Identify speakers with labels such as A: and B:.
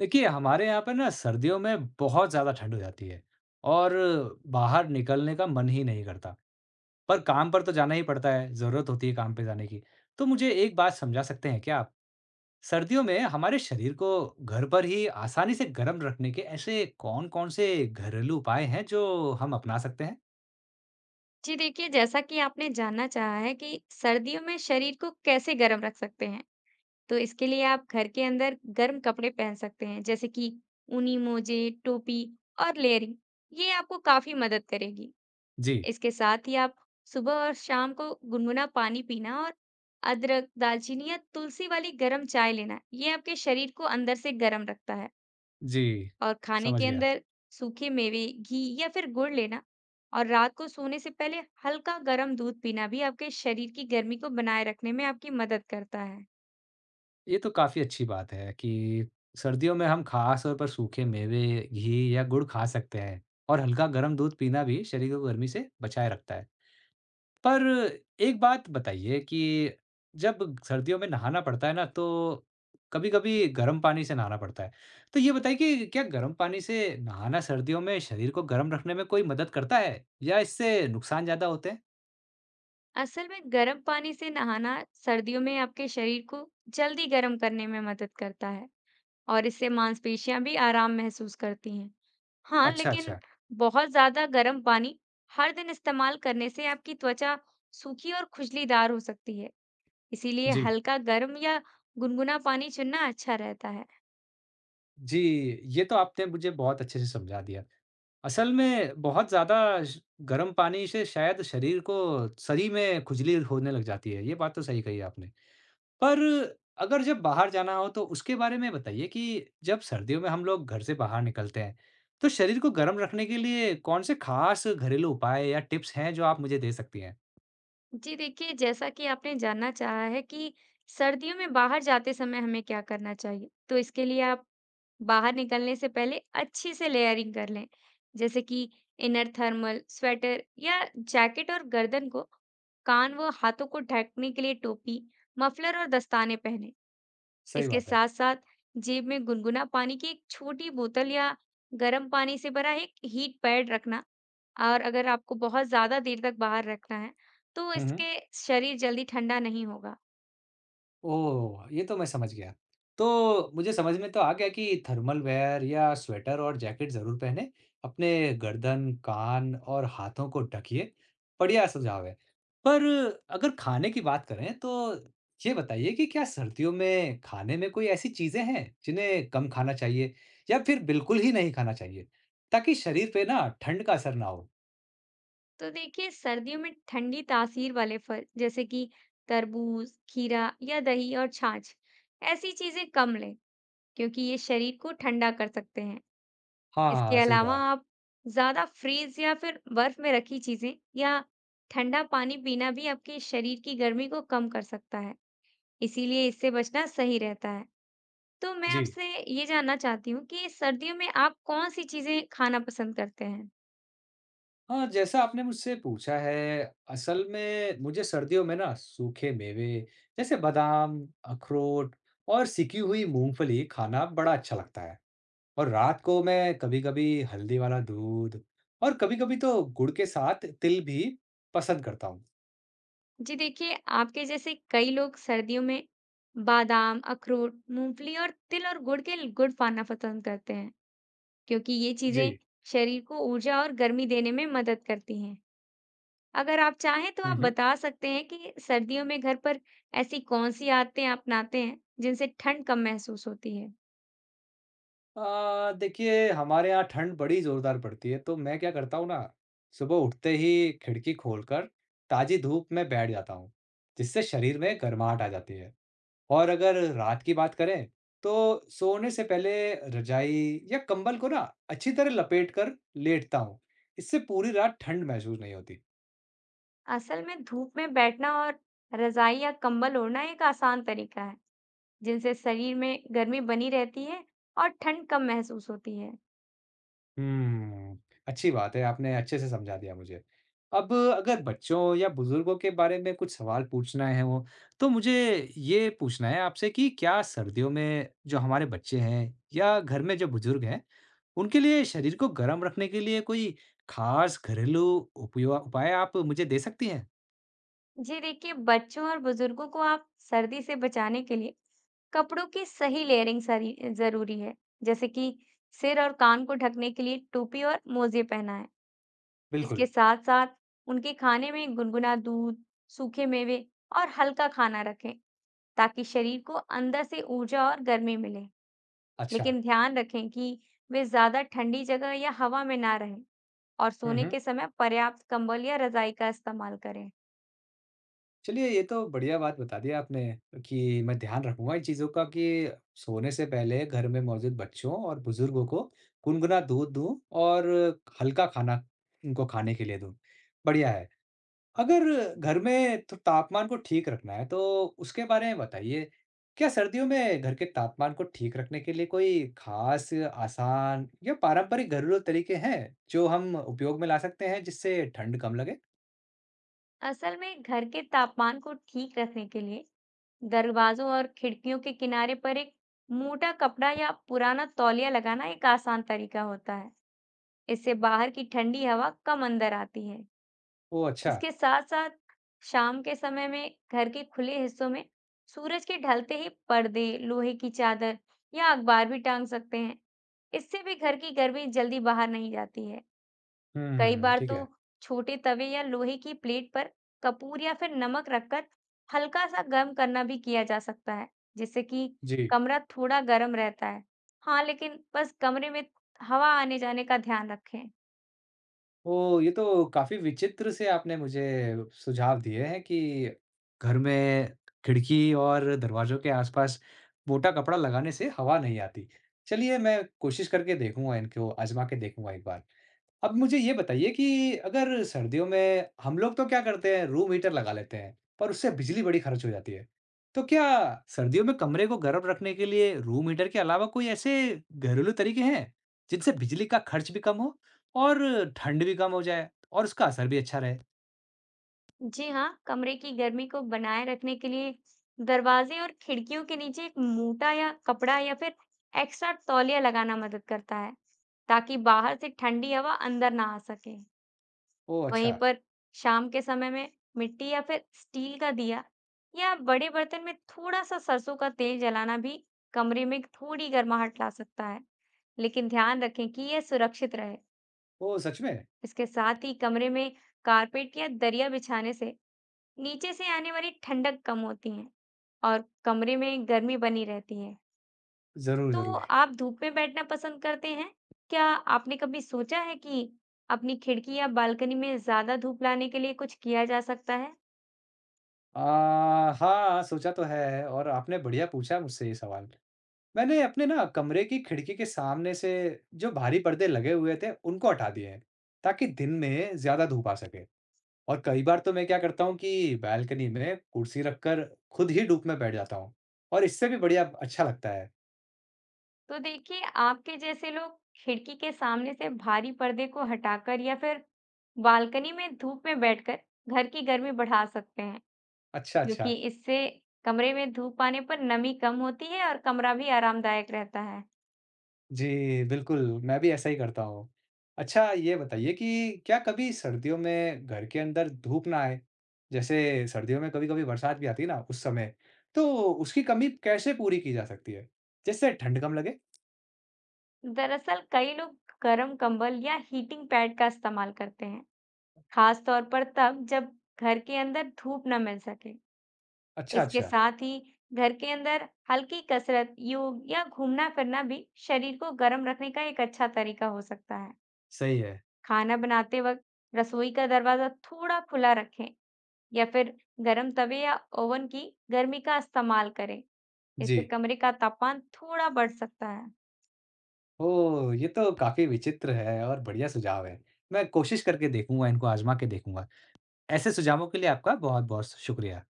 A: देखिए, हमारे यहाँ पे ना सर्दियों में बहुत ज़्यादा ठंड हो जाती है और बाहर निकलने का मन ही नहीं करता। पर काम पर तो जाना ही पड़ता है, ज़रूरत होती है काम पे जाने की। तो मुझे एक बात समझा सकते हैं क्या आप? सर्दियों में हमारे शरीर को घर पर ही आसानी से गर्म रखने के ऐसे कौन-कौन से घरेलू उपाय हैं जो हम अपना सकते हैं?
B: जी देखिए, जैसा कि आपने जानना चाहा है कि सर्दियों में शरीर को कैसे गर्म रख सकते हैं, तो इसके लिए आप घर के अंदर गर्म कपड़े पहन सकते हैं, जैसे कि ऊनी मोजे, टोपी और लेयरिंग। ये आपको काफी मदद करेगी।
A: जी,
B: इसके साथ ही आप सुबह और शाम को गुनगुना पानी पीना और अदरक, दालचीनी या तुलसी वाली गर्म चाय लेना, ये आपके शरीर को अंदर से गर्म रखता है।
A: जी,
B: और खाने
A: समझ
B: के
A: गया।
B: अंदर सूखे मेवे, घी या फिर गुड़ लेना और रात को सोने से पहले हल्का गर्म दूध पीना भी आपके शरीर की गर्मी को बनाए रखने में आपकी मदद करता है।
A: ये तो काफ़ी अच्छी बात है कि सर्दियों में हम खास तौर पर सूखे मेवे, घी या गुड़ खा सकते हैं और हल्का गर्म दूध पीना भी शरीर को गर्मी से बचाए रखता है। पर एक बात बताइए कि जब सर्दियों में नहाना पड़ता है ना तो कभी-कभी गर्म पानी से नहाना पड़ता है। तो ये बताइए कि क्या गर्म पानी से नहाना सर्दियों में शरीर को गर्म रखने में कोई मदद करता है या इससे नुकसान ज़्यादा होते हैं?
B: असल में गर्म पानी से नहाना सर्दियों में आपके शरीर को जल्दी गर्म करने में मदद करता है और इससे मांसपेशियां भी आराम महसूस करती हैं। हाँ,
A: अच्छा,
B: लेकिन
A: अच्छा।
B: बहुत ज्यादा गर्म पानी हर दिन इस्तेमाल करने से आपकी त्वचा सूखी और खुजलीदार हो सकती है। इसीलिए
A: जी।
B: हल्का गर्म या गुनगुना पानी चुनना अच्छा रहता है।
A: जी, ये तो आपने मुझे बहुत अच्छे से समझा दिया। असल में बहुत ज़्यादा श गर्म पानी से शायद शरीर को सही में खुजली होने लग जाती है, ये बात तो सही कही आपने। पर अगर जब बाहर जाना हो तो उसके बारे में बताइए कि जब सर्दियों में हम लोग घर से बाहर निकलते हैं, तो शरीर को गर्म रखने के लिए कौन से खास घरेलू उपाय या टिप्स हैं जो आप मुझे दे सकती हैं?
B: जी देखिए, जैसा कि आपने जानना चाहा है कि सर्दियों में बाहर जाते समय हमें क्या करना चाहिए, तो इसके लिए आप बाहर निकलने से पहले अच्छी से लेयरिंग कर लें, जैसे कि इनर थर्मल, स्वेटर या जैकेट और गर्दन को, कान व हाथों को ढकने के लिए टोपी, मफलर और दस्ताने पहने।
A: सही
B: इसके
A: बात है।
B: साथ-साथ जेब में गुनगुना पानी की एक छोटी बोतल या गर्म पानी से भरा एक हीट पैड रखना और अगर आपको बहुत ज़्यादा देर तक बाहर रखना है, तो
A: हुँ, हुँ।
B: इसके शरीर जल्दी ठंडा नहीं होगा।
A: ओह! ये तो मैं समझ गया। तो मुझे समझ में तो आ गया कि थर्मल वेयर या स्वेटर और जैकेट ज़रूर पहनें। अपने गर्दन, कान और हाथों को ढकिए। बढ़िया सुझाव है। पर अगर खाने की बात करें तो ये बताइए कि क्या सर्दियों में खाने में कोई ऐसी चीज़ें हैं जिन्हें कम खाना चाहिए या फिर बिल्कुल ही नहीं खाना चाहिए? ताकि शरीर पे ना ठंड का असर ना हो।
B: तो देखिए, सर्दियों में ठंडी तासीर वाले फल, जैसे कि तरबूज, खीरा या दही और छाछ, ऐसी चीज़ें कम लें, क्योंकि ये शरीर को ठंडा कर सकते हैं।
A: हाँ, हाँ,
B: इसके
A: हाँ, सही
B: अलावा
A: कहा।
B: आप ज़्यादा फ्रीज़ या फिर बर्फ़ में रखी चीज़ें या ठंडा पानी पीना भी आपके शरीर की गर्मी को कम कर सकता है। इसीलिए इससे बचना सही रहता है। तो मैं
A: जी।
B: आपसे ये जानना चाहती हूँ कि सर्दियों में आप कौन-सी चीज़ें खाना पसंद करते हैं?
A: हाँ, जैसा आपने मुझसे पूछा है, असल में मुझे सर्दियों में ना सूखे मेवे जैसे बादाम, अखरोट और सिकी हुई मूँगफली खाना बड़ा अच्छा लगता है। और रात को मैं कभी-कभी हल्दी वाला दूध और कभी-कभी तो गुड़ के साथ तिल भी पसंद करता हूँ।
B: जी देखिए, आपके जैसे कई लोग सर्दियों में बादाम, अखरोट, मूँगफली और तिल और गुड़ खाना पसंद करते हैं, क्योंकि ये
A: जी।
B: चीज़ें शरीर को ऊर्जा और गर्मी देने में मदद करती हैं। अगर आप चाहें तो
A: हुँ,
B: आप
A: हुँ।
B: बता सकते हैं कि सर्दियों में घर पर ऐसी कौन-सी आदतें अपनाते हैं, जिनसे ठंड कम महसूस होती है?
A: देखिए हमारे यहाँ ठंड बड़ी ज़ोरदार पड़ती है, तो मैं क्या करता हूँ ना, सुबह उठते ही खिड़की खोलकर ताज़ी धूप में बैठ जाता हूँ, जिससे शरीर में गर्माहट आ जाती है। और अगर रात की बात करें, तो सोने से पहले रजाई या कंबल को ना अच्छी तरह लपेट कर लेटता हूँ। इससे पूरी रात ठंड महसूस नहीं होती।
B: असल में धूप में बैठना और रज़ाई या कंबल ओढ़ना एक आसान तरीका है। जिनसे शरीर में गर्मी बनी रहती है और ठंड कम महसूस होती है।
A: हम्म, अच्छी बात है, आपने अच्छे से समझा दिया मुझे। अब अगर बच्चों या बुजुर्गों के बारे में कुछ सवाल पूछना है हो, तो मुझे ये पूछना है आपसे कि क्या सर्दियों में जो हमारे बच्चे हैं या घर में जो बुजुर्ग हैं, उनके लिए शरीर को गर्म रखने के लिए कोई खास घरेलू उपयो उपाय आप मुझे दे सकती हैं?
B: जी देखिए, बच्चों और बुजुर्गों को आप सर्दी से बचाने के लिए कपड़ों की सही लेयरिंग सरी जरूरी है, जैसे कि सिर और कान को ढकने के लिए टोपी और मोजे पहनाएं।
A: बिल्कुल,
B: इसके साथ-साथ उनके खाने में गुनगुना दूध, सूखे मेवे और हल्का खाना रखें, ताकि शरीर को अंदर से ऊर्जा और गर्मी मिले।
A: अच्छा।
B: लेकिन ध्यान रखें कि वे ज्यादा ठंडी जगह या हवा में ना रहें। और
A: हुँ,
B: सोने
A: हुँ।
B: के समय पर्याप्त कंबल या रजाई का इस्तेमाल करें।
A: चलिए ये तो बढ़िया बात बता दी आपने कि मैं ध्यान रखूँगा इन चीज़ों का कि सोने से पहले घर में मौजूद बच्चों और बुजुर्गों को गुनगुना दूध दूँ और हल्का खाना उनको खाने के लिए दूँ। बढ़िया है। अगर घर में तो तापमान को ठीक रखना है तो उसके बारे में बताइए। क्या सर्दियों में घर के तापमान को ठीक रखने के लिए कोई ख़ास आसान या पारंपरिक घरेलू तरीके हैं, जो हम उपयोग में ला सकते हैं जिससे ठंड कम लगे?
B: असल में घर के तापमान को ठीक रखने के लिए दरवाजों और खिड़कियों के किनारे पर एक मोटा कपड़ा या पुराना तौलिया लगाना एक आसान तरीका होता है। इससे बाहर की ठंडी हवा कम अंदर आती है।
A: ओह! अच्छा।
B: इसके साथ साथ शाम के समय में घर के खुले हिस्सों में सूरज के ढलते ही पर्दे, लोहे की चादर या अखबार भी टांग सकते हैं। इससे भी घर की गर्मी जल्दी बाहर नहीं जाती है। कई
A: हुँ,
B: बार
A: ठीक
B: तो
A: है।
B: छोटे तवे या लोहे की प्लेट पर कपूर या फिर नमक रखकर हल्का सा गर्म करना भी किया जा सकता है, जिससे कि
A: जी,
B: कमरा थोड़ा गर्म रहता है। हाँ, लेकिन बस कमरे में हवा आने जाने का ध्यान रखें।
A: तो ये तो काफ़ी विचित्र से आपने मुझे सुझाव दिए हैं कि घर में खिड़की और दरवाज़ों के आसपास मोटा कपड़ा लगाने से हवा नहीं आती। चलिए, मैं कोशिश करके देखूँगा इनको आज़मा के देखूँगा एक बार। अब मुझे ये बताइए कि अगर सर्दियों में हम लोग तो क्या करते हैं रूम हीटर लगा लेते हैं पर उससे बिजली बड़ी खर्च हो जाती है तो क्या सर्दियों में कमरे को गर्म रखने के लिए रूम हीटर के अलावा कोई ऐसे घरेलू तरीके हैं जिनसे बिजली का खर्च भी कम हो और ठंड भी कम हो जाए और उसका असर भी अच्छा रहे।
B: जी हाँ, कमरे की गर्मी को बनाए रखने के लिए दरवाजे और खिड़कियों के नीचे एक मोटा या कपड़ा या फिर एक्स्ट्रा तौलिया लगाना मदद करता है, ताकि बाहर से ठंडी हवा अंदर ना आ सके।
A: ओ अच्छा।
B: वहीं पर शाम के समय में मिट्टी या फिर स्टील का दिया या बड़े बर्तन में थोड़ा सा सरसों का तेल जलाना भी कमरे में थोड़ी गर्माहट ला सकता है। लेकिन ध्यान रखें कि यह सुरक्षित रहे।
A: ओ सच में।
B: इसके साथ ही कमरे में कारपेट या दरिया बिछाने से नीचे से आने वाली ठंडक कम होती है और कमरे में गर्मी बनी रहती है।
A: जरूर
B: तो
A: जरूर।
B: आप धूप में बैठना पसंद करते हैं क्या? आपने कभी सोचा है कि अपनी खिड़की या बालकनी में ज्यादा धूप लाने के लिए कुछ किया जा सकता है?
A: आ हाँ सोचा तो है और आपने बढ़िया पूछा मुझसे ये सवाल। मैंने अपने ना कमरे की खिड़की के सामने से जो भारी पर्दे लगे हुए थे उनको हटा दिए हैं ताकि दिन में ज्यादा धूप आ सके। और कई बार तो मैं क्या करता हूँ कि बालकनी में कुर्सी रखकर खुद ही धूप में बैठ जाता हूँ और इससे भी बढ़िया अच्छा लगता है।
B: तो देखिए, आपके जैसे लोग खिड़की के सामने से भारी पर्दे को हटाकर या फिर बालकनी में धूप में बैठकर घर की गर्मी बढ़ा सकते हैं,
A: अच्छा, अच्छा।
B: क्योंकि इससे कमरे में धूप आने पर नमी कम होती है और कमरा भी आरामदायक रहता है।
A: जी, बिल्कुल। मैं भी ऐसा ही करता हूँ। अच्छा ये बताइए कि क्या कभी सर्दियों में घर के अंदर धूप ना आए, जैसे सर्दियों में कभी कभी बरसात भी आती है ना, उस समय तो उसकी कमी कैसे पूरी की जा सकती है जिससे ठंड कम लगे?
B: दरअसल कई लोग गर्म कंबल या हीटिंग पैड का इस्तेमाल करते हैं, खास तौर पर तब जब घर के अंदर धूप न मिल सके।
A: अच्छा,
B: इसके
A: अच्छा।
B: साथ ही घर के अंदर हल्की कसरत, योग या घूमना फिरना भी शरीर को गर्म रखने का एक अच्छा तरीका हो सकता है।
A: सही है।
B: खाना बनाते वक्त रसोई का दरवाजा थोड़ा खुला रखें या फिर गर्म तवे या ओवन की गर्मी का इस्तेमाल करें।
A: जी।
B: इससे कमरे का तापमान थोड़ा बढ़ सकता है।
A: ओह! ये तो काफ़ी विचित्र है और बढ़िया सुझाव है। मैं कोशिश करके देखूँगा, इनको आज़मा के देखूँगा। ऐसे सुझावों के लिए आपका बहुत-बहुत शुक्रिया।